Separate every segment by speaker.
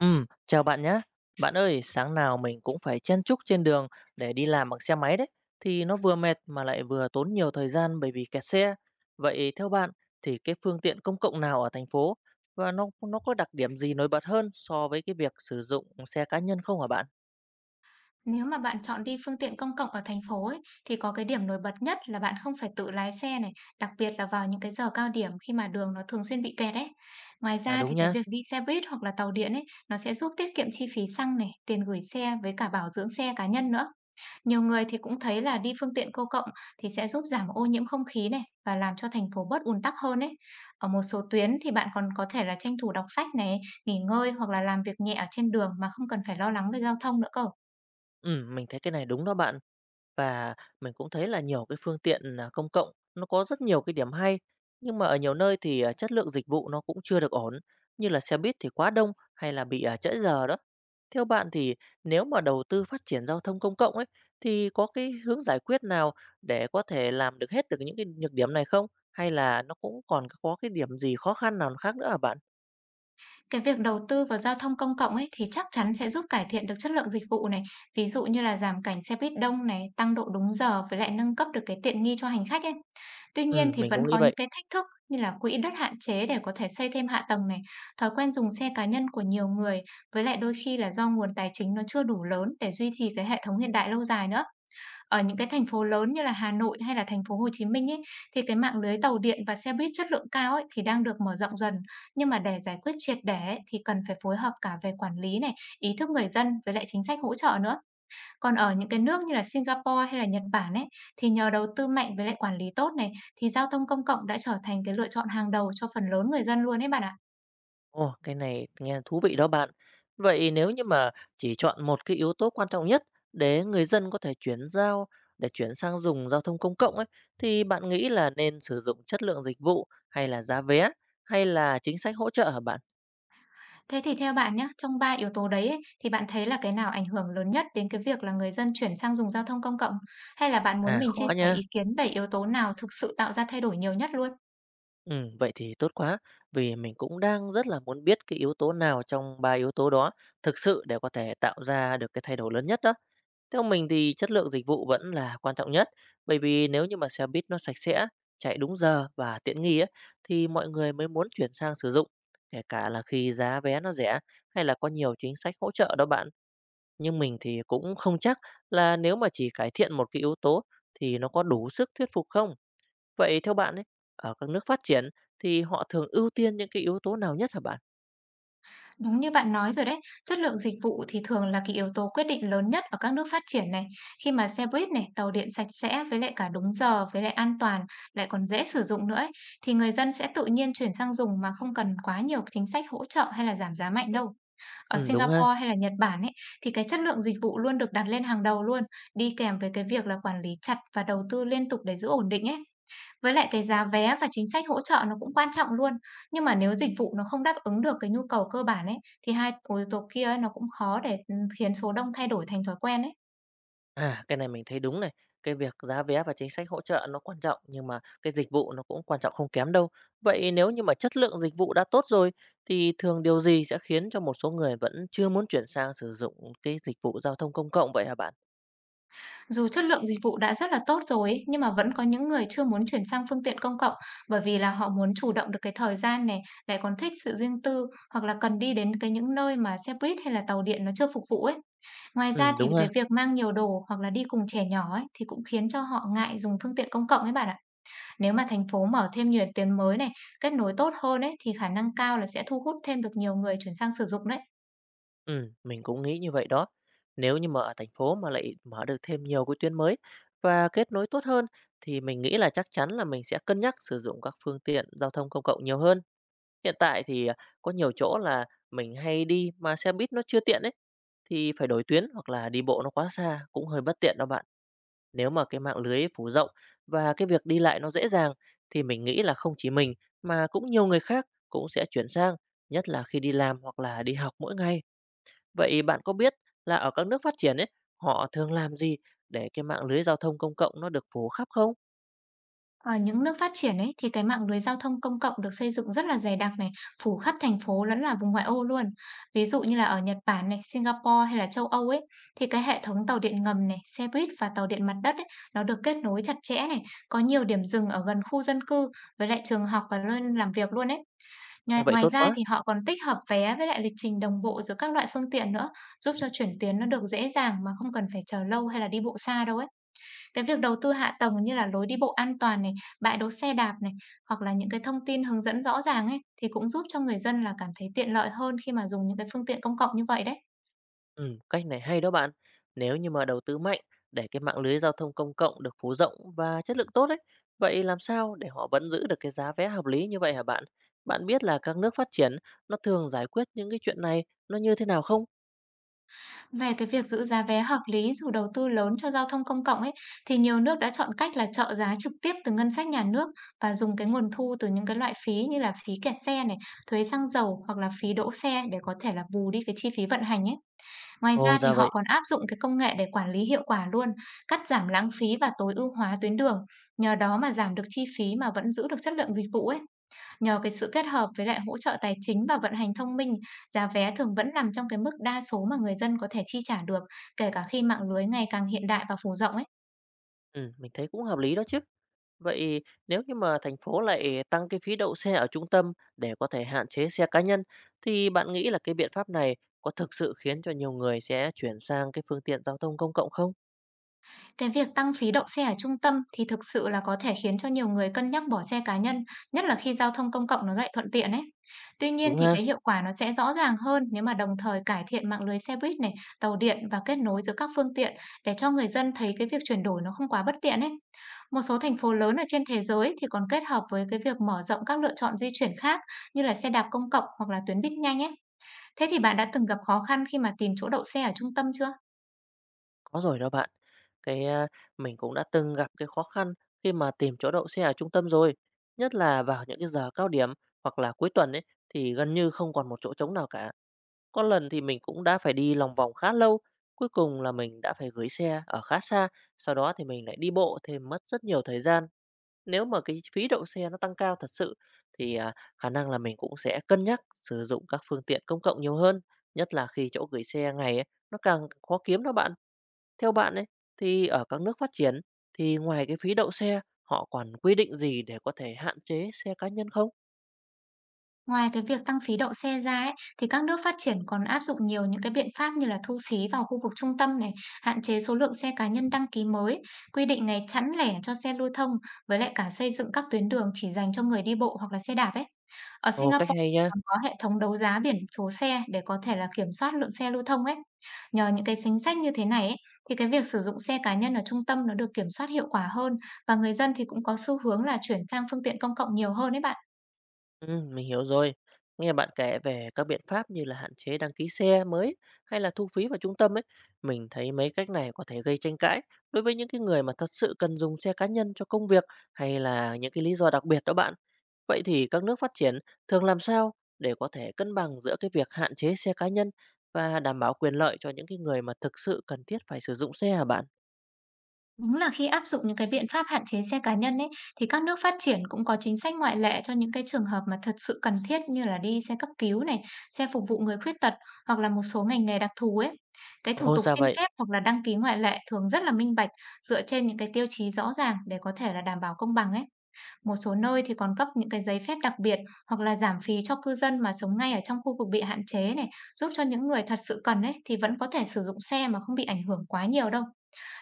Speaker 1: Chào bạn nhé. Bạn ơi, sáng nào mình cũng phải chen chúc trên đường để đi làm bằng xe máy đấy, thì nó vừa mệt mà lại vừa tốn nhiều thời gian bởi vì kẹt xe. Vậy theo bạn thì cái phương tiện công cộng nào ở thành phố và nó có đặc điểm gì nổi bật hơn so với cái việc sử dụng xe cá nhân không hả bạn?
Speaker 2: Nếu mà bạn chọn đi phương tiện công cộng ở thành phố ấy, thì có cái điểm nổi bật nhất là bạn không phải tự lái xe này, đặc biệt là vào những cái giờ cao điểm khi mà đường nó thường xuyên bị kẹt ấy. Ngoài
Speaker 1: À,
Speaker 2: ra
Speaker 1: đúng
Speaker 2: thì cái
Speaker 1: nhá.
Speaker 2: việc đi xe buýt hoặc là tàu điện ấy, nó sẽ giúp tiết kiệm chi phí xăng này, tiền gửi xe với cả bảo dưỡng xe cá nhân nữa. Nhiều người thì cũng thấy là đi phương tiện công cộng thì sẽ giúp giảm ô nhiễm không khí này và làm cho thành phố bớt ùn tắc hơn ấy. Ở một số tuyến thì bạn còn có thể là tranh thủ đọc sách này, nghỉ ngơi hoặc là làm việc nhẹ ở trên đường mà không cần phải lo lắng về giao thông nữa cơ.
Speaker 1: Mình thấy cái này đúng đó bạn. Và mình cũng thấy là nhiều cái phương tiện, công cộng nó có rất nhiều cái điểm hay, nhưng mà ở nhiều nơi thì, chất lượng dịch vụ nó cũng chưa được ổn, như là xe buýt thì quá đông hay là bị, trễ giờ đó. Theo bạn thì nếu mà đầu tư phát triển giao thông công cộng ấy, thì có cái hướng giải quyết nào để có thể làm được hết được những cái nhược điểm này không? Hay là nó cũng còn có cái điểm gì khó khăn nào khác nữa hả bạn?
Speaker 2: Cái việc đầu tư vào giao thông công cộng ấy thì chắc chắn sẽ giúp cải thiện được chất lượng dịch vụ này, ví dụ như là giảm cảnh xe buýt đông này, tăng độ đúng giờ với lại nâng cấp được cái tiện nghi cho hành khách ấy. Tuy nhiên thì
Speaker 1: Mình cũng
Speaker 2: vẫn
Speaker 1: nghĩ
Speaker 2: có những
Speaker 1: vậy.
Speaker 2: cái thách thức như là quỹ đất hạn chế để có thể xây thêm hạ tầng này, thói quen dùng xe cá nhân của nhiều người với lại đôi khi là do nguồn tài chính nó chưa đủ lớn để duy trì cái hệ thống hiện đại lâu dài nữa. Ở những cái thành phố lớn như là Hà Nội hay là thành phố Hồ Chí Minh ấy, thì cái mạng lưới tàu điện và xe buýt chất lượng cao ấy thì đang được mở rộng dần. Nhưng mà để giải quyết triệt để ấy, thì cần phải phối hợp cả về quản lý này, ý thức người dân với lại chính sách hỗ trợ nữa. Còn ở những cái nước như là Singapore hay là Nhật Bản ấy, thì nhờ đầu tư mạnh với lại quản lý tốt này, thì giao thông công cộng đã trở thành cái lựa chọn hàng đầu cho phần lớn người dân luôn ấy bạn ạ.
Speaker 1: Ồ, cái này nghe thú vị đó bạn. Vậy nếu như mà chỉ chọn một cái yếu tố quan trọng nhất để người dân có thể chuyển giao, để chuyển sang dùng giao thông công cộng ấy, thì bạn nghĩ là nên sử dụng chất lượng dịch vụ hay là giá vé hay là chính sách hỗ trợ hả bạn?
Speaker 2: Thế thì theo bạn nhé, trong 3 yếu tố đấy ấy, thì bạn thấy là cái nào ảnh hưởng lớn nhất đến cái việc là người dân chuyển sang dùng giao thông công cộng? Hay là bạn muốn
Speaker 1: À,
Speaker 2: mình chia
Speaker 1: khó
Speaker 2: sẻ
Speaker 1: nha.
Speaker 2: ý kiến về yếu tố nào thực sự tạo ra thay đổi nhiều nhất luôn?
Speaker 1: Ừ, vậy thì tốt quá, vì mình cũng đang rất là muốn biết cái yếu tố nào trong ba yếu tố đó thực sự để có thể tạo ra được cái thay đổi lớn nhất đó. Theo mình thì chất lượng dịch vụ vẫn là quan trọng nhất, bởi vì nếu như mà xe buýt nó sạch sẽ, chạy đúng giờ và tiện nghi ấy, thì mọi người mới muốn chuyển sang sử dụng, kể cả là khi giá vé nó rẻ hay là có nhiều chính sách hỗ trợ đó bạn. Nhưng mình thì cũng không chắc là nếu mà chỉ cải thiện một cái yếu tố thì nó có đủ sức thuyết phục không. Vậy theo bạn ấy, ở các nước phát triển thì họ thường ưu tiên những cái yếu tố nào nhất hả bạn?
Speaker 2: Đúng như bạn nói rồi đấy, chất lượng dịch vụ thì thường là cái yếu tố quyết định lớn nhất ở các nước phát triển này. Khi mà xe buýt này, tàu điện sạch sẽ với lại cả đúng giờ, với lại an toàn, lại còn dễ sử dụng nữa ấy, thì người dân sẽ tự nhiên chuyển sang dùng mà không cần quá nhiều chính sách hỗ trợ hay là giảm giá mạnh đâu. Ở
Speaker 1: Ừ, đúng ha.
Speaker 2: Singapore hay là Nhật Bản ấy, thì cái chất lượng dịch vụ luôn được đặt lên hàng đầu luôn, đi kèm với cái việc là quản lý chặt và đầu tư liên tục để giữ ổn định ấy. Với lại cái giá vé và chính sách hỗ trợ nó cũng quan trọng luôn, nhưng mà nếu dịch vụ nó không đáp ứng được cái nhu cầu cơ bản ấy, thì hai yếu tố kia ấy, nó cũng khó để, khiến số đông thay đổi thành thói quen ấy.
Speaker 1: À, cái này mình thấy đúng này, cái việc giá vé và chính sách hỗ trợ nó quan trọng, nhưng mà cái dịch vụ nó cũng quan trọng không kém đâu. Vậy nếu như mà chất lượng dịch vụ đã tốt rồi thì thường điều gì sẽ khiến cho một số người vẫn chưa muốn chuyển sang sử dụng cái dịch vụ giao thông công cộng vậy hả bạn?
Speaker 2: Dù chất lượng dịch vụ đã rất là tốt rồi ấy, nhưng mà vẫn có những người chưa muốn chuyển sang phương tiện công cộng bởi vì là họ muốn chủ động được cái thời gian này, lại còn thích sự riêng tư hoặc là cần đi đến cái những nơi mà xe buýt hay là tàu điện nó chưa phục vụ ấy. Ngoài ra
Speaker 1: Ừ,
Speaker 2: thì
Speaker 1: đúng
Speaker 2: cái
Speaker 1: ha.
Speaker 2: việc mang nhiều đồ hoặc là đi cùng trẻ nhỏ ấy thì cũng khiến cho họ ngại dùng phương tiện công cộng ấy bạn ạ. Nếu mà thành phố mở thêm nhiều tuyến mới này, kết nối tốt hơn ấy thì khả năng cao là sẽ thu hút thêm được nhiều người chuyển sang sử dụng đấy.
Speaker 1: Ừ, mình cũng nghĩ như vậy đó. Nếu như mà ở thành phố mà lại mở được thêm nhiều cái tuyến mới và kết nối tốt hơn, thì mình nghĩ là chắc chắn là mình sẽ cân nhắc sử dụng các phương tiện giao thông công cộng nhiều hơn. Hiện tại thì, có nhiều chỗ là mình hay đi mà xe buýt nó chưa tiện ấy, thì phải đổi tuyến hoặc là đi bộ nó quá xa cũng hơi bất tiện đó bạn. Nếu mà cái mạng lưới phủ rộng và cái việc đi lại nó dễ dàng, thì mình nghĩ là không chỉ mình mà cũng nhiều người khác cũng sẽ chuyển sang, nhất là khi đi làm hoặc là đi học mỗi ngày. Vậy bạn có biết là ở các nước phát triển ấy, họ thường làm gì để cái mạng lưới giao thông công cộng nó được phủ khắp không?
Speaker 2: Ở những nước phát triển ấy thì cái mạng lưới giao thông công cộng được xây dựng rất là dày đặc này, phủ khắp thành phố lẫn là vùng ngoại ô luôn. Ví dụ như là ở Nhật Bản này, Singapore hay là châu Âu ấy thì cái hệ thống tàu điện ngầm này, xe buýt và tàu điện mặt đất ấy nó được kết nối chặt chẽ này, có nhiều điểm dừng ở gần khu dân cư với lại trường học và nơi làm việc luôn ấy.
Speaker 1: À,
Speaker 2: Ngoài,
Speaker 1: vậy
Speaker 2: ngoài
Speaker 1: tốt
Speaker 2: ra
Speaker 1: quá.
Speaker 2: thì họ còn tích hợp vé với lại lịch trình đồng bộ giữa các loại phương tiện nữa, giúp cho chuyển tuyến nó được dễ dàng mà không cần phải chờ lâu hay là đi bộ xa đâu ấy. Cái việc đầu tư hạ tầng như là lối đi bộ an toàn này, bãi đỗ xe đạp này, hoặc là những cái thông tin hướng dẫn rõ ràng ấy, thì cũng giúp cho người dân là cảm thấy tiện lợi hơn khi mà dùng những cái phương tiện công cộng như vậy đấy.
Speaker 1: Cách này hay đó bạn. Nếu như mà đầu tư mạnh để cái mạng lưới giao thông công cộng được phủ rộng và chất lượng tốt ấy, vậy làm sao để họ vẫn giữ được cái giá vé hợp lý như vậy hả bạn? Bạn biết là các nước phát triển nó thường giải quyết những cái chuyện này nó như thế nào không?
Speaker 2: Về cái việc giữ giá vé hợp lý dù đầu tư lớn cho giao thông công cộng ấy, thì nhiều nước đã chọn cách là trợ giá trực tiếp từ ngân sách nhà nước và dùng cái nguồn thu từ những cái loại phí như là phí kẹt xe này, thuế xăng dầu hoặc là phí đỗ xe để có thể là bù đi cái chi phí vận hành ấy. Ngoài
Speaker 1: Ồ,
Speaker 2: ra thì
Speaker 1: ra
Speaker 2: họ
Speaker 1: vậy.
Speaker 2: còn áp dụng cái công nghệ để quản lý hiệu quả luôn, cắt giảm lãng phí và tối ưu hóa tuyến đường. Nhờ đó mà giảm được chi phí mà vẫn giữ được chất lượng dịch vụ ấy. Nhờ cái sự kết hợp với lại hỗ trợ tài chính và vận hành thông minh, giá vé thường vẫn nằm trong cái mức đa số mà người dân có thể chi trả được, kể cả khi mạng lưới ngày càng hiện đại và phủ rộng ấy.
Speaker 1: Mình thấy cũng hợp lý đó chứ. Vậy nếu như mà thành phố lại tăng cái phí đậu xe ở trung tâm để có thể hạn chế xe cá nhân, thì bạn nghĩ là cái biện pháp này có thực sự khiến cho nhiều người sẽ chuyển sang cái phương tiện giao thông công cộng không?
Speaker 2: Cái việc tăng phí đậu xe ở trung tâm thì thực sự là có thể khiến cho nhiều người cân nhắc bỏ xe cá nhân, nhất là khi giao thông công cộng nó lại thuận tiện ấy. Tuy nhiên
Speaker 1: Đúng
Speaker 2: thì
Speaker 1: ha?
Speaker 2: cái hiệu quả nó sẽ rõ ràng hơn nếu mà đồng thời cải thiện mạng lưới xe buýt này, tàu điện và kết nối giữa các phương tiện để cho người dân thấy cái việc chuyển đổi nó không quá bất tiện ấy. Một số thành phố lớn ở trên thế giới thì còn kết hợp với cái việc mở rộng các lựa chọn di chuyển khác như là xe đạp công cộng hoặc là tuyến buýt nhanh ấy. Thế thì bạn đã từng gặp khó khăn khi mà tìm chỗ đậu xe ở trung tâm chưa?
Speaker 1: Có rồi đó bạn. Cái, a, mình cũng đã từng gặp cái khó khăn khi mà tìm chỗ đậu xe ở trung tâm rồi, nhất là vào những cái giờ cao điểm hoặc là cuối tuần ấy, thì gần như không còn một chỗ trống nào cả. Có lần thì mình cũng đã phải đi lòng vòng khá lâu, cuối cùng là mình đã phải gửi xe ở khá xa, sau đó thì mình lại đi bộ thêm mất rất nhiều thời gian. Nếu mà cái phí đậu xe nó tăng cao thật sự thì, khả năng là mình cũng sẽ cân nhắc sử dụng các phương tiện công cộng nhiều hơn, nhất là khi chỗ gửi xe ngày ấy, nó càng khó kiếm đó bạn. Theo bạn ấy, thì ở các nước phát triển thì ngoài cái phí đậu xe, họ còn quy định gì để có thể hạn chế xe cá nhân không?
Speaker 2: Ngoài cái việc tăng phí đậu xe ra ấy, thì các nước phát triển còn áp dụng nhiều những cái biện pháp như là thu phí vào khu vực trung tâm này, hạn chế số lượng xe cá nhân đăng ký mới, quy định ngày chẵn lẻ cho xe lưu thông, với lại cả xây dựng các tuyến đường chỉ dành cho người đi bộ hoặc là xe đạp ấy. Ở
Speaker 1: Ồ, cách
Speaker 2: Singapore
Speaker 1: hay nha.
Speaker 2: còn có hệ thống đấu giá biển số xe để có thể là kiểm soát lượng xe lưu thông ấy. Nhờ những cái chính sách như thế này ấy, thì cái việc sử dụng xe cá nhân ở trung tâm nó được kiểm soát hiệu quả hơn và người dân thì cũng có xu hướng là chuyển sang phương tiện công cộng nhiều hơn ấy bạn.
Speaker 1: Ừ, mình hiểu rồi. Nghe bạn kể về các biện pháp như là hạn chế đăng ký xe mới hay là thu phí vào trung tâm ấy, mình thấy mấy cách này có thể gây tranh cãi đối với những cái người mà thật sự cần dùng xe cá nhân cho công việc hay là những cái lý do đặc biệt đó bạn. Vậy thì các nước phát triển thường làm sao để có thể cân bằng giữa cái việc hạn chế xe cá nhân và đảm bảo quyền lợi cho những cái người mà thực sự cần thiết phải sử dụng xe hả bạn?
Speaker 2: Đúng là khi áp dụng những cái biện pháp hạn chế xe cá nhân ấy, thì các nước phát triển cũng có chính sách ngoại lệ cho những cái trường hợp mà thật sự cần thiết như là đi xe cấp cứu này, xe phục vụ người khuyết tật hoặc là một số ngành nghề đặc thù ấy. Cái thủ
Speaker 1: Ồ,
Speaker 2: tục
Speaker 1: ra
Speaker 2: xin
Speaker 1: vậy.
Speaker 2: phép hoặc là đăng ký ngoại lệ thường rất là minh bạch dựa trên những cái tiêu chí rõ ràng để có thể là đảm bảo công bằng ấy. Một số nơi thì còn cấp những cái giấy phép đặc biệt hoặc là giảm phí cho cư dân mà sống ngay ở trong khu vực bị hạn chế này, giúp cho những người thật sự cần ấy thì vẫn có thể sử dụng xe mà không bị ảnh hưởng quá nhiều đâu.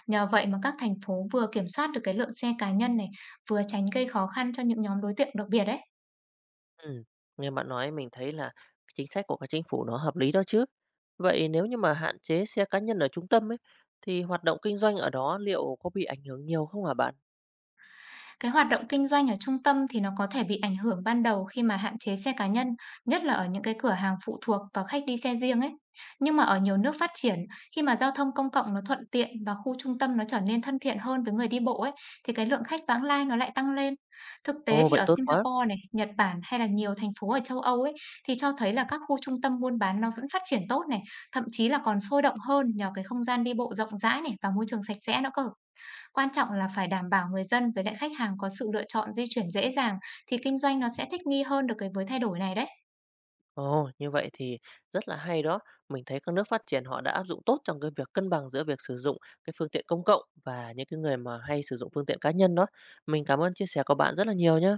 Speaker 2: Nhờ vậy mà các thành phố vừa kiểm soát được cái lượng xe cá nhân này, vừa tránh gây khó khăn cho những nhóm đối tượng đặc biệt đấy.
Speaker 1: Ừ. Nghe bạn nói mình thấy là cái chính sách của các chính phủ nó hợp lý đó chứ. Vậy nếu như mà hạn chế xe cá nhân ở trung tâm ấy thì hoạt động kinh doanh ở đó liệu có bị ảnh hưởng nhiều không hả bạn?
Speaker 2: Cái hoạt động kinh doanh ở trung tâm thì nó có thể bị ảnh hưởng ban đầu khi mà hạn chế xe cá nhân, nhất là ở những cái cửa hàng phụ thuộc vào khách đi xe riêng ấy. Nhưng mà ở nhiều nước phát triển, khi mà giao thông công cộng nó thuận tiện và khu trung tâm nó trở nên thân thiện hơn với người đi bộ ấy, thì cái lượng khách vãng lai nó lại tăng lên. Thực tế
Speaker 1: Ồ,
Speaker 2: thì
Speaker 1: vậy
Speaker 2: ở
Speaker 1: tốt quá.
Speaker 2: Singapore này, Nhật Bản hay là nhiều thành phố ở châu Âu ấy thì cho thấy là các khu trung tâm buôn bán nó vẫn phát triển tốt này, thậm chí là còn sôi động hơn nhờ cái không gian đi bộ rộng rãi này và môi trường sạch sẽ nữa cơ. Quan trọng là phải đảm bảo người dân với lại khách hàng có sự lựa chọn di chuyển dễ dàng thì kinh doanh nó sẽ thích nghi hơn được cái với thay đổi này đấy.
Speaker 1: Ồ, như vậy thì rất là hay đó. Mình thấy các nước phát triển họ đã áp dụng tốt trong cái việc cân bằng giữa việc sử dụng cái phương tiện công cộng và những cái người mà hay sử dụng phương tiện cá nhân đó. Mình cảm ơn chia sẻ của bạn rất là nhiều nhé.